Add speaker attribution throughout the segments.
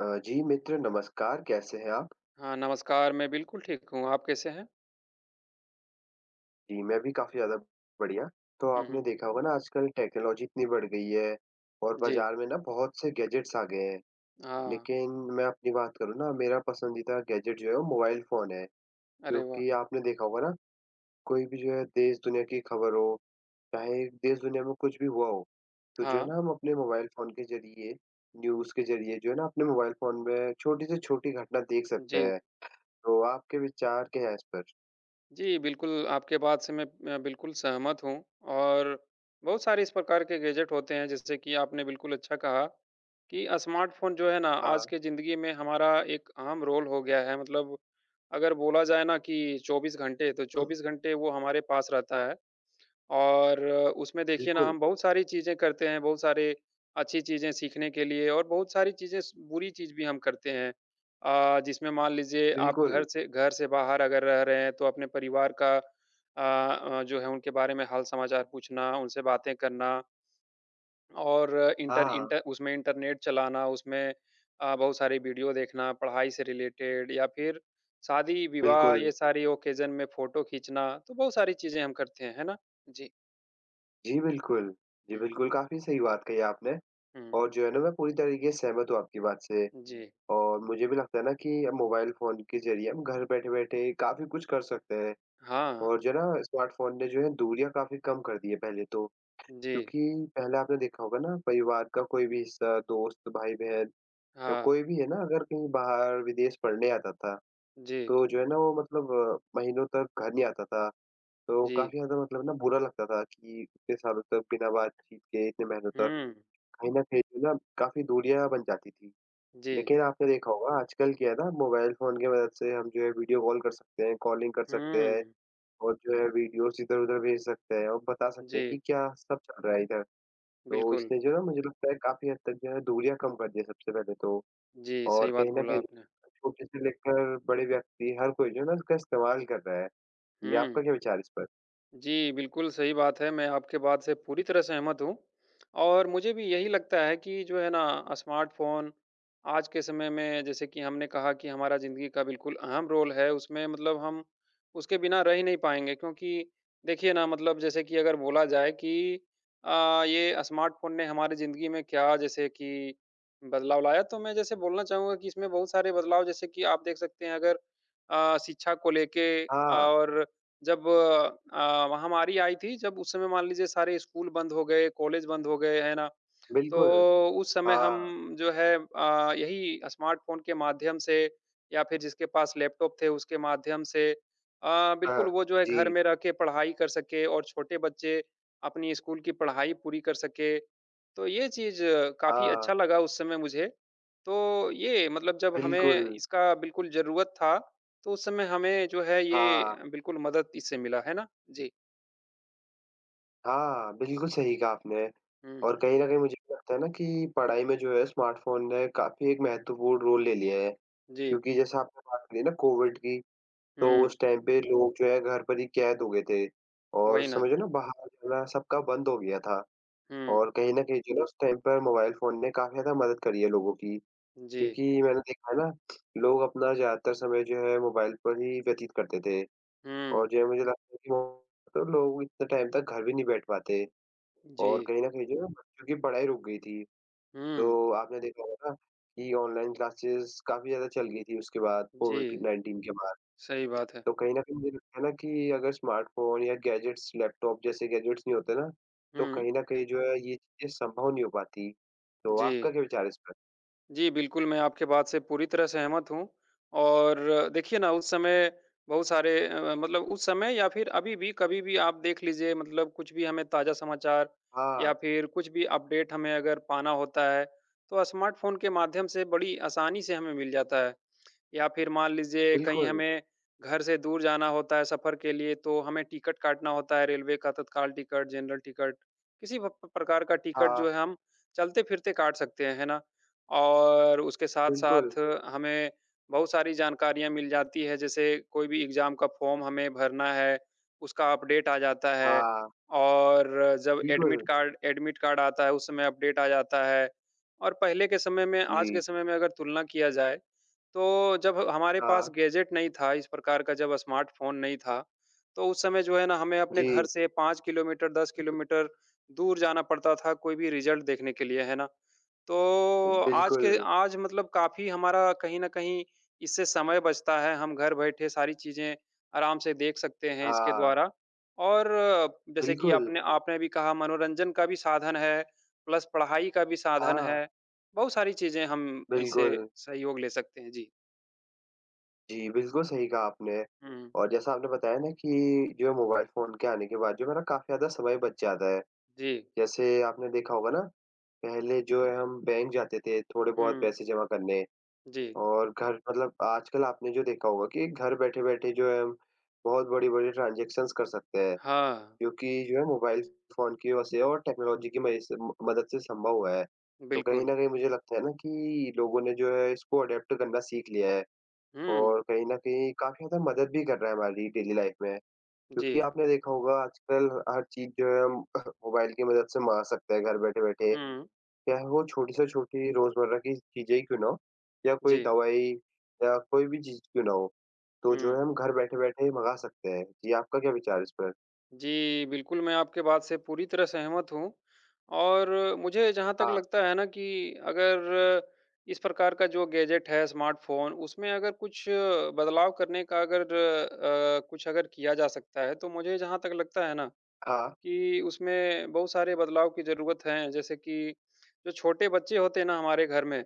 Speaker 1: जी मित्र नमस्कार, कैसे हैं आप?
Speaker 2: हाँ, नमस्कार, मैं बिल्कुल ठीक हूँ, आप कैसे हैं?
Speaker 1: जी, मैं भी काफ़ी ज़्यादा बढ़िया। तो
Speaker 2: हुँ,
Speaker 1: आपने
Speaker 2: हुँ।
Speaker 1: देखा होगा ना आजकल टेक्नोलॉजी इतनी बढ़ गई है और
Speaker 2: जी,
Speaker 1: बाज़ार में ना बहुत से गैजेट्स आ गए हैं।
Speaker 2: हाँ,
Speaker 1: लेकिन मैं अपनी बात करूँ ना मेरा पसंदीदा गैजेट जो है वो मोबाइल फ़ोन है।
Speaker 2: अरे वाह!
Speaker 1: क्योंकि आपने देखा होगा ना कोई भी जो है देश दुनिया की खबर हो, चाहे देश दुनिया में कुछ भी हुआ हो, तो जो है
Speaker 2: हाँ,
Speaker 1: ना हम अपने मोबाइल फ़ोन के ज़रिए, न्यूज़ के ज़रिए जो है ना अपने मोबाइल फ़ोन में छोटी से छोटी घटना देख सकते
Speaker 2: जी।
Speaker 1: हैं। तो आपके विचार क्या हैं इस पर?
Speaker 2: जी, बिल्कुल आपके बात से मैं बिल्कुल सहमत हूँ और बहुत सारे इस प्रकार के गैजेट होते हैं जैसे कि आपने बिल्कुल अच्छा कहा कि स्मार्टफ़ोन जो है ना आज की
Speaker 1: हाँ।
Speaker 2: ज़िंदगी में हमारा एक अहम रोल हो गया है मतलब अगर बोला जाए ना कि 24 घंटे, तो 24 घंटे वो हमारे पास रहता है। और उसमें देखिए ना
Speaker 1: बिल्कुल,
Speaker 2: हम बहुत सारी चीज़ें करते हैं, बहुत सारे अच्छी चीज़ें सीखने के लिए और बहुत सारी चीज़ें स बुरी चीज़ भी हम करते हैं। जिसमें मान लीजिए आप घर
Speaker 1: बिल्कुल।
Speaker 2: से बाहर अगर रह रहे हैं तो अपने परिवार का जो है उनके बारे में हाल-समाचार पूछना, उनसे बातें करना और इंटर
Speaker 1: हाँ,
Speaker 2: इंटर उसमें इंटरनेट चलाना, उसमें बहुत सारी वीडियो देखना, पढ़ाई से रिलेटेड या फिर शादी-विवाह
Speaker 1: बिल्कुल।
Speaker 2: ये सारी ओकेज़न में फ़ोटो खींचना, तो बहुत सारी चीज़ें हम करते हैं, है ना? जी।
Speaker 1: जी, बिल्कुल। जी,
Speaker 2: हुँ।
Speaker 1: बिल्कुल, काफ़ी सही बात कही आपने
Speaker 2: हुँ,
Speaker 1: और जो है ना मैं पूरी तरीके से सहमत हूँ आपकी बात से
Speaker 2: जी।
Speaker 1: और मुझे भी लगता है ना कि अब मोबाइल फ़ोन के ज़रिए हम घर बैठे-बैठे काफ़ी कुछ कर सकते हैं
Speaker 2: हाँ,
Speaker 1: और जो है ना स्मार्टफ़ोन ने जो है दूरियाँ काफ़ी कम कर दी है पहले तो।
Speaker 2: जी,
Speaker 1: क्योंकि पहले आपने देखा होगा ना परिवार का कोई भी हिस्सा, दोस्त, भाई-बहन या
Speaker 2: हाँ,
Speaker 1: कोई भी है ना अगर कहीं बाहर विदेश पढ़ने आता था,
Speaker 2: जी,
Speaker 1: तो जो है ना वो मतलब महीनों तक घर नहीं आता था। तो
Speaker 2: जी,
Speaker 1: काफ़ी ज़्यादा मतलब ना बुरा लगता था कि इतने सालों तक बिना बातचीत के इतने महीनों तक
Speaker 2: हुँ,
Speaker 1: कहीं न कहीं जो है ना काफ़ी दूरियाँ बन जाती थी।
Speaker 2: जी,
Speaker 1: लेकिन आपने देखा होगा आजकल क्या है ना मोबाइल फ़ोन की मदद से हम जो है वीडियो कॉल कर सकते हैं, कॉलिंग कर सकते हैं
Speaker 2: हुँ,
Speaker 1: और जो है वीडियोज़ इधर-उधर भेज सकते हैं और बता सकते हैं कि
Speaker 2: जी,
Speaker 1: क्या सब चल रहा है इधर। तो
Speaker 2: बिल्कुल।
Speaker 1: इसने जो है ना मुझे लगता है काफ़ी हद तक जो है दूरियाँ कम कर दी है सबसे पहले तो।
Speaker 2: जी,
Speaker 1: और
Speaker 2: सही बात
Speaker 1: कहीं न
Speaker 2: बोला
Speaker 1: कहीं
Speaker 2: आपने।
Speaker 1: छोटे से लेकर बड़े व्यक्ति हर कोई जो है ना इसका इस्तेमाल कर रहा है। जी, आपका
Speaker 2: हुँ,
Speaker 1: क्या विचार है इस पर?
Speaker 2: जी, बिल्कुल सही बात है। मैं आपके बात से पूरी तरह सहमत हूँ और मुझे भी यही लगता है कि जो है ना स्मार्टफ़ोन आज के समय में जैसे कि हमने कहा कि हमारा ज़िंदगी का बिल्कुल अहम रोल है, उसमें मतलब हम उसके बिना रह ही नहीं पाएँगे क्योंकि देखिए ना मतलब जैसे कि अगर बोला जाए कि ये स्मार्टफ़ोन ने हमारी ज़िंदगी में क्या जैसे कि बदलाव लाया, तो मैं जैसे बोलना चाहूँगा कि इसमें बहुत सारे बदलाव जैसे कि आप देख सकते हैं अगर शिक्षा को लेके
Speaker 1: हाँ,
Speaker 2: और जब महामारी आई थी, जब उस समय मान लीजिए सारे स्कूल बंद हो गए, कॉलेज बंद हो गए, है ना?
Speaker 1: बिल्कुल।
Speaker 2: तो उस समय
Speaker 1: हाँ,
Speaker 2: हम जो है यही स्मार्टफ़ोन के माध्यम से या फिर जिसके पास लैपटॉप थे उसके माध्यम से बिल्कुल
Speaker 1: हाँ,
Speaker 2: वो जो है घर
Speaker 1: जी,
Speaker 2: में रह के पढ़ाई कर सके और छोटे बच्चे अपनी स्कूल की पढ़ाई पूरी कर सके। तो ये चीज़ काफ़ी
Speaker 1: हाँ,
Speaker 2: अच्छा लगा उस समय मुझे। तो ये मतलब जब हमें
Speaker 1: बिल्कुल।
Speaker 2: इसका बिल्कुल ज़रूरत था, तो उस समय हमें जो है ये
Speaker 1: हाँ,
Speaker 2: बिल्कुल मदद इससे मिला, है ना? जी।
Speaker 1: हाँ, बिल्कुल सही कहा आपने
Speaker 2: हुँ।
Speaker 1: और कहीं न कहीं मुझे भी लगता है ना कि पढ़ाई में जो है स्मार्टफ़ोन ने काफ़ी एक महत्वपूर्ण रोल ले लिया है,
Speaker 2: जी।
Speaker 1: क्योंकि जैसे आपने बात करी ना कोविड की, तो
Speaker 2: हुँ।
Speaker 1: उस टाइम पे लोग जो है घर पर ही कैद हो गए थे और
Speaker 2: वही ना।
Speaker 1: समझो ना बाहर जाना सबका बंद हो गया था
Speaker 2: हुँ।
Speaker 1: और कहीं न कहीं जो है ना उस टाइम पर मोबाइल फ़ोन ने काफ़ी ज़्यादा मदद करी है लोगों की,
Speaker 2: जी।
Speaker 1: क्योंकि मैंने देखा है ना, लोग अपना ज़्यादातर समय जो है मोबाइल पर ही व्यतीत करते थे। और
Speaker 2: हुँ।
Speaker 1: जो है मुझे लगता है कि वो तो लोग इतने टाइम तक घर भी नहीं बैठ पाते
Speaker 2: जी।
Speaker 1: और कहीं न कहीं जो है बच्चों की पढ़ाई रुक गई थी। तो
Speaker 2: हुँ।
Speaker 1: आपने देखा होगा ना कि ऑनलाइन क्लासेस काफ़ी ज़्यादा चल गई थी उसके बाद
Speaker 2: जी,
Speaker 1: कोविड-19 के बाद।
Speaker 2: सही बात है।
Speaker 1: तो कहीं न कहीं मुझे लगता है ना कि अगर स्मार्टफ़ोन या गैजेट्स, लैपटॉप जैसे गैजेट्स नहीं होते ना, तो
Speaker 2: हुँ,
Speaker 1: कहीं न कहीं जो है ये चीज़ें संभव नहीं हो पाती। तो
Speaker 2: जी।
Speaker 1: आपका क्या विचार है इस पर?
Speaker 2: जी, बिल्कुल मैं आपके बात से पूरी तरह सहमत हूँ और देखिए ना उस समय बहुत सारे मतलब उस समय या फिर अभी भी कभी भी आप देख लीजिए मतलब कुछ भी हमें ताज़ा समाचार या
Speaker 1: हाँ,
Speaker 2: फिर कुछ भी अपडेट हमें अगर पाना होता है, तो स्मार्टफ़ोन के माध्यम से बड़ी आसानी से हमें मिल जाता है। या फिर मान लीजिए कहीं
Speaker 1: बिल्कुल।
Speaker 2: हमें घर से दूर जाना होता है सफ़र के लिए, तो हमें टिकट काटना होता है रेलवे का तत्काल टिकट, जनरल टिकट, किसी भ प्रकार का टिकट
Speaker 1: हाँ,
Speaker 2: जो है हम चलते-फिरते काट सकते हैं, है ना? और उसके
Speaker 1: बिल्कुल।
Speaker 2: साथ-साथ हमें बहुत सारी जानकारियाँ मिल जाती है, जैसे कोई भी एग्ज़ाम का फ़ॉर्म हमें भरना है, उसका अपडेट आ जाता है
Speaker 1: हाँ,
Speaker 2: और जब
Speaker 1: बिल्कुल।
Speaker 2: एडमिट कार्ड आता है, उस समय अपडेट आ जाता है। और पहले के समय में
Speaker 1: जी।
Speaker 2: आज के समय में अगर तुलना किया जाए तो जब हमारे पास
Speaker 1: हाँ,
Speaker 2: गैजेट नहीं था, इस प्रकार का जब स्मार्टफ़ोन नहीं था, तो उस समय जो है ना हमें अपने
Speaker 1: जी।
Speaker 2: घर से 5 किलोमीटर, 10 किलोमीटर दूर जाना पड़ता था कोई भी रिज़ल्ट देखने के लिए, है ना? तो आज
Speaker 1: बिल्कुल।
Speaker 2: के आज मतलब काफ़ी हमारा कहीं न कहीं इससे समय बचता है, हम घर बैठे सारी चीज़ें आराम से देख सकते हैं इसके
Speaker 1: हाँ।
Speaker 2: द्वारा और जैसे कि
Speaker 1: बिल्कुल,
Speaker 2: आपने आपने भी कहा मनोरंजन का भी साधन है, प्लस पढ़ाई का भी साधन है,
Speaker 1: हाँ,
Speaker 2: बहुत सारी चीज़ें हम इससे
Speaker 1: बिल्कुल।
Speaker 2: सहयोग ले सकते हैं। जी।
Speaker 1: जी, बिल्कुल सही कहा आपने
Speaker 2: हुँ,
Speaker 1: और जैसा आपने बताया ना कि जो है मोबाइल फ़ोन के आने के बाद जो है ना काफ़ी ज़्यादा समय बच जाता है।
Speaker 2: जी।
Speaker 1: जैसे आपने देखा होगा ना, पहले जो है हम बैंक जाते थे थोड़े बहुत
Speaker 2: हुँ,
Speaker 1: पैसे जमा करने
Speaker 2: जी।
Speaker 1: और घर मतलब आजकल आपने जो देखा होगा कि घर बैठे-बैठे जो है हम बहुत बड़ी-बड़ी ट्रांज़ैक्शंस कर सकते हैं,
Speaker 2: हाँ,
Speaker 1: क्योंकि जो है मोबाइल फ़ोन की वजह से और टेक्नोलॉजी की मदद से संभव हुआ है। तो कहीं
Speaker 2: बिल्कुल।
Speaker 1: न कहीं मुझे लगता है ना कि लोगों ने जो है इसको अडॉप्ट करना सीख लिया है।
Speaker 2: हुँ,
Speaker 1: और कहीं न कहीं काफ़ी ज़्यादा मदद भी कर रहा है हमारी डेली लाइफ़ में,
Speaker 2: जी।
Speaker 1: क्योंकि आपने देखा होगा आजकल हर चीज़ जो है हम मोबाइल की मदद से मँगा सकते हैं घर बैठे-बैठे,
Speaker 2: हुँ,
Speaker 1: चाहे वो छोटी से छोटी रोज़मर्रा की चीज़ें ही क्यों ना हो या
Speaker 2: जी।
Speaker 1: कोई दवाई या कोई भी चीज़ क्यों ना हो, तो जो
Speaker 2: हुँ।
Speaker 1: है हम घर बैठे-बैठे मँगा सकते हैं। जी, आपका क्या विचार है इस पर?
Speaker 2: जी, बिल्कुल, मैं आपके बात से पूरी तरह सहमत हूँ और मुझे जहाँ तक
Speaker 1: हाँ,
Speaker 2: लगता है ना कि अगर इस प्रकार का जो गैजेट है, स्मार्टफ़ोन, उसमें अगर कुछ बदलाव करने का अगर कुछ अगर किया जा सकता है, तो मुझे जहाँ तक लगता है ना
Speaker 1: हाँ,
Speaker 2: कि उसमें बहुत सारे बदलाव की ज़रूरत है, जैसे कि जो छोटे बच्चे होते हैं ना हमारे घर में,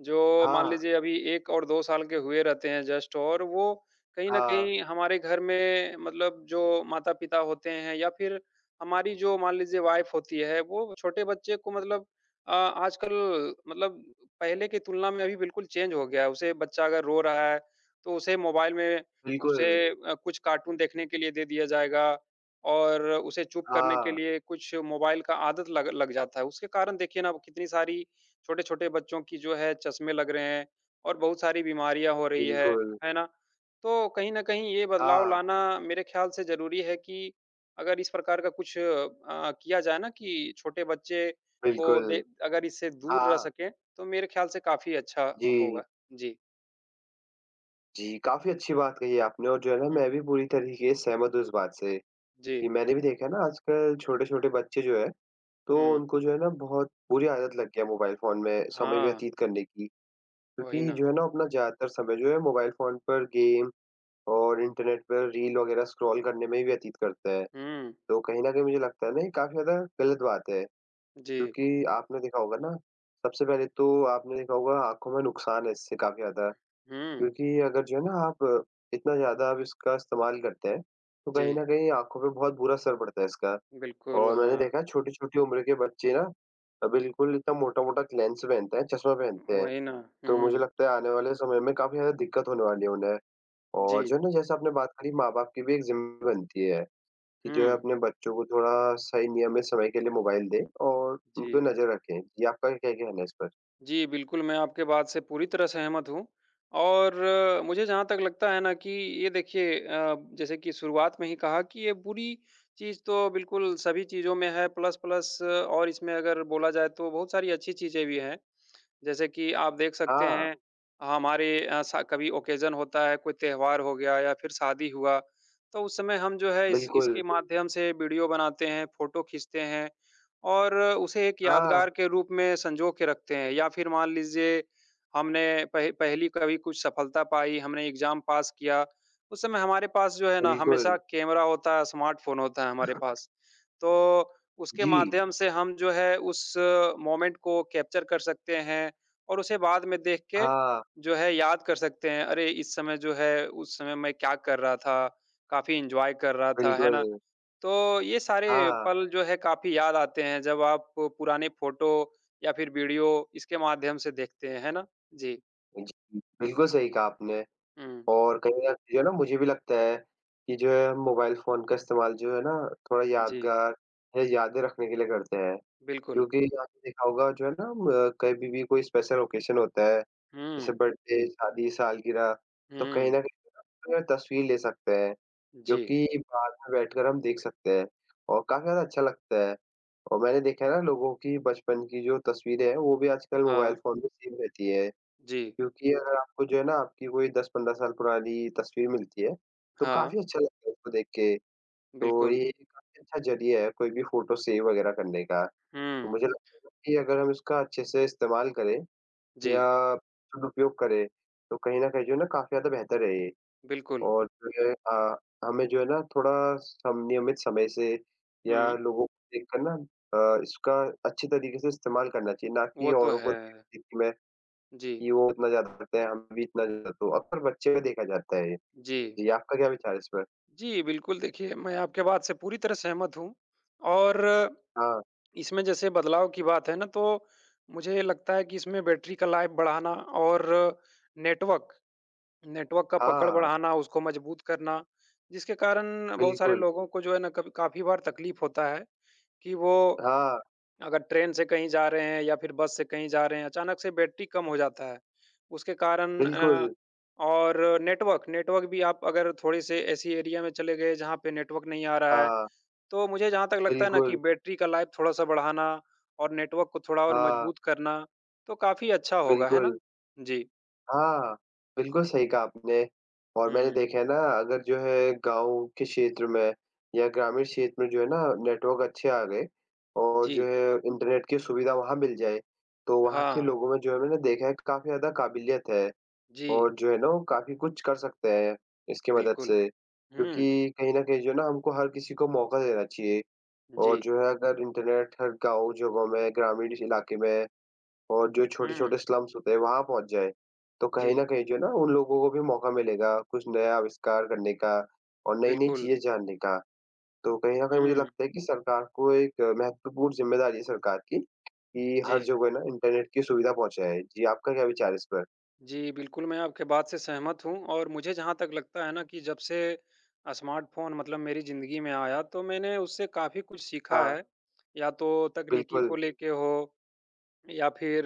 Speaker 2: जो मान
Speaker 1: हाँ,
Speaker 2: लीजिए अभी 1 और 2 साल के हुए रहते हैं जस्ट और वो कहीं न
Speaker 1: हाँ,
Speaker 2: कहीं हमारे घर में मतलब जो माता-पिता होते हैं या फिर हमारी जो मान लीजिए वाइफ़ होती है, वो छोटे बच्चे को मतलब आजकल मतलब पहले की तुलना में अभी बिल्कुल चेंज हो गया है। उसे बच्चा अगर रो रहा है, तो उसे मोबाइल में
Speaker 1: बिल्कुल,
Speaker 2: उसे कुछ कार्टून देखने के लिए दे दिया जाएगा और उसे चुप करने के
Speaker 1: हाँ,
Speaker 2: लिए कुछ मोबाइल का आदत लग लग जाता है। उसके कारण देखिए ना कितनी सारी छोटे-छोटे बच्चों की जो है चश्मे लग रहे हैं और बहुत सारी बीमारियाँ हो रही
Speaker 1: बिल्कुल,
Speaker 2: है ना? तो कहीं न कहीं ये बदलाव
Speaker 1: हाँ,
Speaker 2: लाना मेरे ख्याल से ज़रूरी है कि अगर इस प्रकार का कुछ किया जाए ना कि छोटे बच्चे को दे
Speaker 1: बिल्कुल,
Speaker 2: अगर इससे दूर रह
Speaker 1: हाँ,
Speaker 2: सकें, तो मेरे ख्याल से काफ़ी अच्छा होगा।
Speaker 1: जी।
Speaker 2: जी।
Speaker 1: जी, काफ़ी अच्छी बात कही आपने और जो है ना
Speaker 2: हुँ।
Speaker 1: मैं भी पूरी तरीके से सहमत हूँ इस बात से,
Speaker 2: जी।
Speaker 1: कि मैंने भी देखा है ना आजकल छोटे-छोटे बच्चे जो हैं, तो
Speaker 2: हुँ।
Speaker 1: उनको जो है ना बहुत बुरी आदत लग गया मोबाइल फ़ोन में समय
Speaker 2: हाँ,
Speaker 1: व्यतीत करने की।
Speaker 2: वही
Speaker 1: क्योंकि
Speaker 2: ना।
Speaker 1: जो है ना अपना ज़्यादातर समय जो है मोबाइल फ़ोन पर गेम और इंटरनेट पर रील वग़ैरह स्क्रॉल करने में ही व्यतीत करते हैं।
Speaker 2: हुँ।
Speaker 1: तो कहीं न कहीं मुझे लगता है ना ये काफ़ी ज़्यादा गलत बात है,
Speaker 2: जी।
Speaker 1: क्योंकि आपने देखा होगा ना सबसे पहले तो आपने देखा होगा आँखों में नुकसान है इससे काफ़ी ज़्यादा।
Speaker 2: हुँ।
Speaker 1: क्योंकि अगर जो है ना आप इतना ज़्यादा आप इसका इस्तेमाल करते हैं, तो
Speaker 2: जी।
Speaker 1: कहीं न कहीं आँखों पे बहुत बुरा असर पड़ता है इसका।
Speaker 2: बिल्कुल,
Speaker 1: और मैंने
Speaker 2: हाँ,
Speaker 1: देखा है छोटी-छोटी उम्र के बच्चे ना बिल्कुल इतना मोटा-मोटा लेंस पहनते हैं, चश्मा पहनते हैं।
Speaker 2: वही ना।
Speaker 1: तो मुझे
Speaker 2: हुँ,
Speaker 1: लगता है आने वाले समय में काफ़ी ज़्यादा दिक्कत होने वाली है उन्हें।
Speaker 2: जी।
Speaker 1: और जो है ना जैसे आपने बात करी माँ-बाप की भी एक ज़िम्मेदारी बनती है, कि जो है
Speaker 2: हुँ,
Speaker 1: अपने बच्चों को थोड़ा सही नियमित समय के लिए मोबाइल दें और उन पे
Speaker 2: जी।
Speaker 1: नज़र रखें। जी, आपका क्या कहना है इस पर?
Speaker 2: जी, बिल्कुल, मैं आपके बात से पूरी तरह सहमत हूँ और मुझे जहाँ तक लगता है ना कि ये देखिए जैसे कि शुरुआत में ही कहा कि ये बुरी चीज़ तो बिल्कुल सभी चीज़ों में है, प्लस-प्लस और इसमें अगर बोला जाए तो बहुत सारी अच्छी चीज़ें भी हैं। जैसे कि आप देख सकते
Speaker 1: हाँ,
Speaker 2: हैं हमारे अ, सा कभी ओकेज़न होता है, कोई त्योहार हो गया या फिर शादी हुआ, तो उस समय हम जो है इस
Speaker 1: बिल्कुल।
Speaker 2: इसके माध्यम से वीडियो बनाते हैं, फ़ोटो खींचते हैं और उसे एक
Speaker 1: हाँ,
Speaker 2: यादगार के रूप में संजो के रखते हैं। या फिर मान लीजिए हमने पह पहली कभी कुछ सफलता पाई, हमने एग्ज़ाम पास किया, उस समय हमारे पास जो है ना हमेशा
Speaker 1: बिल्कुल।
Speaker 2: कैमरा होता है, स्मार्टफ़ोन होता है हमारे पास। तो उसके
Speaker 1: जी,
Speaker 2: माध्यम से हम जो है उस मोमेंट को कैप्चर कर सकते हैं और उसे बाद में देख के
Speaker 1: हाँ।
Speaker 2: जो है याद कर सकते हैं, अरे! इस समय जो है उस समय मैं क्या कर रहा था, काफ़ी एन्जॉय कर रहा था, है ना?
Speaker 1: बिल्कुल,
Speaker 2: तो ये सारे
Speaker 1: हाँ,
Speaker 2: पल जो है काफ़ी याद आते हैं जब आप पुराने फ़ोटो या फिर वीडियो इसके माध्यम से देखते हैं, है ना? जी।
Speaker 1: जी, बिल्कुल सही कहा आपने
Speaker 2: हुँ,
Speaker 1: और कहीं न कहीं जो है ना मुझे भी लगता है कि जो है हम मोबाइल फ़ोन का इस्तेमाल जो है ना थोड़ा
Speaker 2: जी,
Speaker 1: यादगार या यादें रखने के लिए करते हैं।
Speaker 2: बिल्कुल।
Speaker 1: क्योंकि आपने देखा होगा जो है ना कभी भी कोई स्पेशल ओकेशन होता है, जैसे
Speaker 2: हुँ,
Speaker 1: बर्थडे, शादी, सालगिरह, तो कहीं
Speaker 2: हुँ,
Speaker 1: न कहीं हम अपना तस्वीर ले सकते हैं, जो
Speaker 2: जी,
Speaker 1: कि बाद में बैठकर हम देख सकते हैं और काफ़ी ज़्यादा अच्छा लगता है। और मैंने देखा है ना लोगों की बचपन की जो तस्वीरें हैं, वो भी आजकल
Speaker 2: हाँ,
Speaker 1: मोबाइल फ़ोन में सेव रहती है,
Speaker 2: जी,
Speaker 1: क्योंकि अगर आपको जो है ना आपकी कोई 10-15 साल पुरानी तस्वीर मिलती है, तो
Speaker 2: हाँ,
Speaker 1: काफ़ी अच्छा लगता है उसको देख के। तो
Speaker 2: बिल्कुल।
Speaker 1: ये काफ़ी अच्छा ज़रिया है कोई भी फ़ोटो सेव वगैरह करने का। तो
Speaker 2: हुँ,
Speaker 1: मुझे लगता है कि अगर हम इसका अच्छे से इस्तेमाल करें या
Speaker 2: जी,
Speaker 1: सदुपयोग करें, तो कहीं न कहीं जो है ना काफ़ी ज़्यादा बेहतर है ये
Speaker 2: बिल्कुल।
Speaker 1: और जो है हमें जो है ना थोड़ा सम नियमित समय से या
Speaker 2: हुँ,
Speaker 1: लोगों को देखकर ना इसका अच्छे तरीके से इस्तेमाल करना चाहिए, ना कि
Speaker 2: वो तो
Speaker 1: औरों को
Speaker 2: है।
Speaker 1: देख देख के मैं
Speaker 2: जी,
Speaker 1: कि वो इतना ज़्यादा करते हैं, हम भी इतना ज़्यादा तो अक्सर बच्चे में देखा जाता है ये।
Speaker 2: जी।
Speaker 1: जी, आपका क्या विचार है इस पर?
Speaker 2: जी, बिल्कुल देखिए, मैं आपके बात से पूरी तरह सहमत हूँ और
Speaker 1: हाँ,
Speaker 2: इसमें जैसे बदलाव की बात है ना, तो मुझे लगता है कि इसमें बैटरी का लाइफ़ बढ़ाना और नेटवर्क नेटवर्क का पकड़
Speaker 1: हाँ,
Speaker 2: बढ़ाना, उसको मजबूत करना, जिसके कारण बहुत सारे
Speaker 1: बिल्कुल।
Speaker 2: लोगों को जो है ना कभी काफ़ी बार तकलीफ़ होता है कि वो
Speaker 1: हाँ,
Speaker 2: अगर ट्रेन से कहीं जा रहे हैं या फिर बस से कहीं जा रहे हैं, अचानक से बैटरी कम हो जाता है। उसके कारण
Speaker 1: बिल्कुल।
Speaker 2: और नेटवर्क नेटवर्क भी आप अगर थोड़े-से ऐसी एरिया में चले गए जहाँ पे नेटवर्क नहीं आ रहा है,
Speaker 1: हाँ,
Speaker 2: तो मुझे जहाँ तक लगता है ना कि
Speaker 1: बिल्कुल।
Speaker 2: बैटरी का लाइफ थोड़ा-सा बढ़ाना और नेटवर्क को थोड़ा और
Speaker 1: हाँ,
Speaker 2: मजबूत करना, तो काफ़ी अच्छा होगा, है ना?
Speaker 1: बिल्कुल।
Speaker 2: जी।
Speaker 1: हाँ, बिल्कुल सही कहा आपने और मैंने
Speaker 2: हुँ।
Speaker 1: देखा है ना अगर जो है गाँव के क्षेत्र में या ग्रामीण क्षेत्र में जो है ना नेटवर्क अच्छे आ गए और
Speaker 2: जी।
Speaker 1: जो है इंटरनेट की सुविधा वहाँ मिल जाए, तो वहाँ के
Speaker 2: हाँ।
Speaker 1: लोगों में जो है मैंने देखा है काफ़ी ज़्यादा काबिलियत है
Speaker 2: जी,
Speaker 1: और जो है ना वो काफ़ी कुछ कर सकते हैं इसकी मदद
Speaker 2: बिल्कुल।
Speaker 1: से।
Speaker 2: हुँ।
Speaker 1: क्योंकि कहीं न कहीं जो है ना हमको हर किसी को मौका देना चाहिए
Speaker 2: जी।
Speaker 1: और जो है अगर इंटरनेट हर गाँव, जगहों में, ग्रामीण इलाके में और जो
Speaker 2: हुँ।
Speaker 1: छोटे-छोटे स्लम्स होते हैं, वहाँ पहुँच जाएँ। तो कहीं न
Speaker 2: जी,
Speaker 1: कहीं जो है ना, उन लोगों को भी मौका मिलेगा कुछ नया आविष्कार करने का और नई-नई
Speaker 2: बिल्कुल।
Speaker 1: चीज़ें जानने का। तो कहीं न कहीं मुझे
Speaker 2: हुँ।
Speaker 1: लगता है कि सरकार को एक महत्वपूर्ण ज़िम्मेदारी है सरकार की, कि
Speaker 2: जी।
Speaker 1: हर जगह ना इंटरनेट की सुविधा पहुँचाए। जी, आपका क्या विचार है इस पर?
Speaker 2: जी, बिल्कुल, मैं आपके बात से सहमत हूँ और मुझे जहाँ तक लगता है ना कि जब से स्मार्टफ़ोन मतलब मेरी ज़िंदगी में आया, तो मैंने उससे काफ़ी कुछ सीखा
Speaker 1: हाँ,
Speaker 2: है। या तो तकनीकी
Speaker 1: बिल्कुल।
Speaker 2: को लेके हो या फिर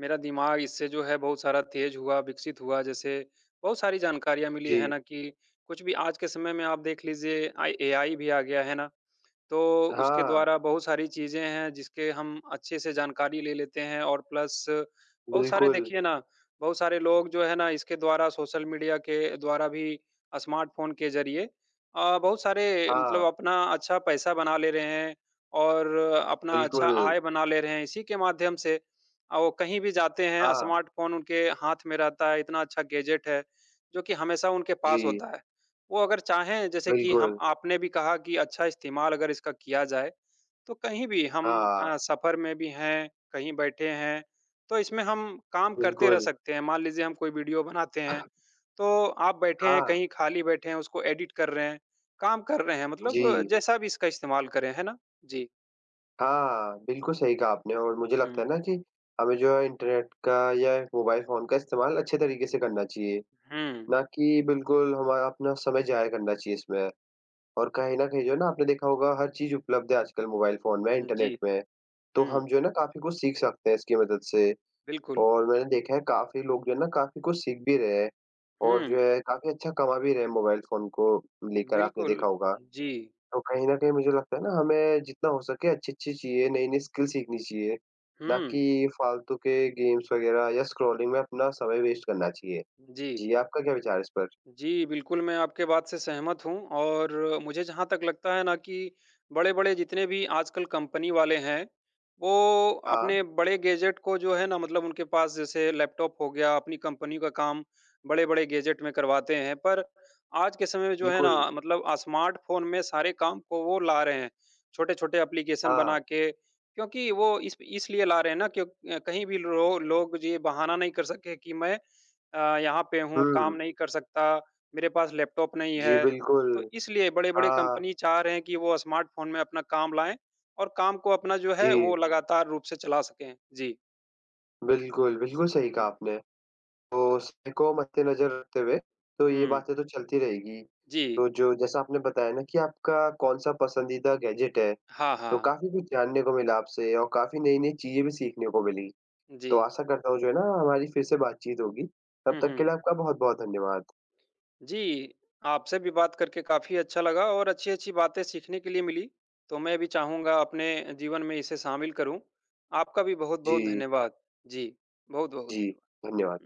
Speaker 2: मेरा दिमाग इससे जो है बहुत सारा तेज़ हुआ, विकसित हुआ। जैसे बहुत सारी जानकारियाँ मिली है
Speaker 1: जी।
Speaker 2: ना कि कुछ भी आज के समय में आप देख लीजिए आई एआई भी आ गया है ना, तो उसके
Speaker 1: हाँ,
Speaker 2: द्वारा बहुत सारी चीज़ें हैं जिसके हम अच्छे से जानकारी ले लेते हैं और प्लस बहुत सारे
Speaker 1: बिल्कुल।
Speaker 2: देखिए ना, बहुत सारे लोग जो है ना इसके द्वारा सोशल मीडिया के द्वारा भी स्मार्टफ़ोन के ज़रिए बहुत सारे मतलब
Speaker 1: हाँ,
Speaker 2: अपना अच्छा पैसा बना ले रहे हैं और अपना अच्छा
Speaker 1: बिल्कुल।
Speaker 2: आय बना ले रहे हैं इसी के माध्यम से। वो कहीं भी जाते हैं
Speaker 1: हाँ,
Speaker 2: स्मार्टफ़ोन उनके हाथ में रहता है, इतना अच्छा गैजेट है, जो कि हमेशा उनके पास
Speaker 1: जी,
Speaker 2: होता है। वो अगर चाहें जैसे कि हम
Speaker 1: बिल्कुल।
Speaker 2: आपने भी कहा कि अच्छा इस्तेमाल अगर इसका किया जाए, तो कहीं भी हम
Speaker 1: हाँ,
Speaker 2: सफ़र में भी हैं, कहीं बैठे हैं, तो इसमें हम काम करते रह
Speaker 1: बिल्कुल।
Speaker 2: सकते हैं। मान लीजिए हम कोई वीडियो बनाते हैं, तो आप बैठे हैं,
Speaker 1: हाँ,
Speaker 2: कहीं खाली बैठे हैं, उसको एडिट कर रहे हैं, काम कर रहे हैं
Speaker 1: जी।
Speaker 2: मतलब जैसा भी इसका इस्तेमाल करें, है ना? जी।
Speaker 1: हाँ, बिल्कुल सही कहा आपने और मुझे लगता
Speaker 2: हुँ,
Speaker 1: है ना कि हमें जो है इंटरनेट का या मोबाइल फ़ोन का इस्तेमाल अच्छे तरीके से करना चाहिए,
Speaker 2: हुँ,
Speaker 1: ना कि बिल्कुल हमारा अपना समय ज़ाया करना चाहिए इसमें। और कहीं न कहीं जो है ना आपने देखा होगा हर चीज़ उपलब्ध है आजकल मोबाइल फ़ोन में,
Speaker 2: जी,
Speaker 1: इंटरनेट में। तो
Speaker 2: हुँ,
Speaker 1: हम जो है ना काफ़ी कुछ सीख सकते हैं इसकी मदद से
Speaker 2: बिल्कुल,
Speaker 1: और मैंने देखा है काफ़ी लोग जो है ना काफ़ी कुछ सीख भी रहे हैं और जो
Speaker 2: हुँ,
Speaker 1: है काफ़ी अच्छा कमा भी रहे हैं मोबाइल फ़ोन को लेकर आपने
Speaker 2: बिल्कुल,
Speaker 1: देखा होगा।
Speaker 2: जी,
Speaker 1: तो कहीं न कहीं मुझे लगता है ना हमें जितना हो सके अच्छी-अच्छी चीज़ें, नई-नई स्किल सीखनी चाहिए, ना कि
Speaker 2: हुँ,
Speaker 1: फालतू के गेम्स वग़ैरह या स्क्रॉलिंग में अपना समय वेस्ट करना चाहिए।
Speaker 2: जी।
Speaker 1: जी, आपका क्या विचार है इस पर?
Speaker 2: जी, बिल्कुल, मैं आपके बात से सहमत हूँ और मुझे जहाँ तक लगता है ना कि बड़े-बड़े जितने भी आजकल कंपनी वाले हैं, वो
Speaker 1: हाँ,
Speaker 2: अपने बड़े गैजेट को जो है ना मतलब उनके पास जैसे लैपटॉप हो गया, अपनी कंपनी का काम बड़े-बड़े गैजेट में करवाते हैं। पर आज के समय में जो है ना
Speaker 1: बिल्कुल।
Speaker 2: मतलब स्मार्टफ़ोन में सारे काम को वो ला रहे हैं, छोटे-छोटे एप्लीकेशन बना
Speaker 1: हाँ।
Speaker 2: के। क्योंकि वो इस इसलिए ला रहे हैं ना क्यों कहीं भी लो लोग ये बहाना नहीं कर सके कि मैं यहाँ पे हूँ, काम
Speaker 1: हुँ।
Speaker 2: नहीं कर सकता, मेरे पास लैपटॉप नहीं
Speaker 1: जी,
Speaker 2: है। तो
Speaker 1: बिल्कुल।
Speaker 2: इसलिए बड़े-बड़े
Speaker 1: हाँ।
Speaker 2: कंपनी चाह रहे हैं कि वो स्मार्टफ़ोन में अपना काम लाएँ और काम को अपना जो है वो
Speaker 1: जी,
Speaker 2: लगातार रूप से चला सकें। जी।
Speaker 1: बिल्कुल, बिल्कुल सही कहा
Speaker 2: हुँ।
Speaker 1: आपने। तो समय को मद्देनज़र रखते हुए तो ये
Speaker 2: हुँ।
Speaker 1: बातें तो चलती रहेगी।
Speaker 2: जी।
Speaker 1: तो जो जैसा आपने बताया ना कि आपका कौन-सा पसंदीदा गैजेट है,
Speaker 2: हाँ,
Speaker 1: तो
Speaker 2: हाँ।
Speaker 1: काफ़ी कुछ जानने को मिला आपसे और काफ़ी नई-नई चीज़ें भी सीखने को मिली।
Speaker 2: जी।
Speaker 1: तो आशा करता हूँ जो है ना हमारी फिर से बातचीत होगी। तब
Speaker 2: हुँ,
Speaker 1: तक के
Speaker 2: हुँ।
Speaker 1: लिए आपका बहुत-बहुत धन्यवाद।
Speaker 2: जी, आपसे भी बात करके काफ़ी अच्छा लगा और अच्छी-अच्छी बातें सीखने के लिए मिली। तो मैं भी चाहूँगा अपने जीवन में इसे शामिल करूँ। आपका भी बहुत-बहुत
Speaker 1: जी,
Speaker 2: धन्यवाद। जी, बहुत-बहुत
Speaker 1: जी,
Speaker 2: धन्यवाद।
Speaker 1: धन्यवाद।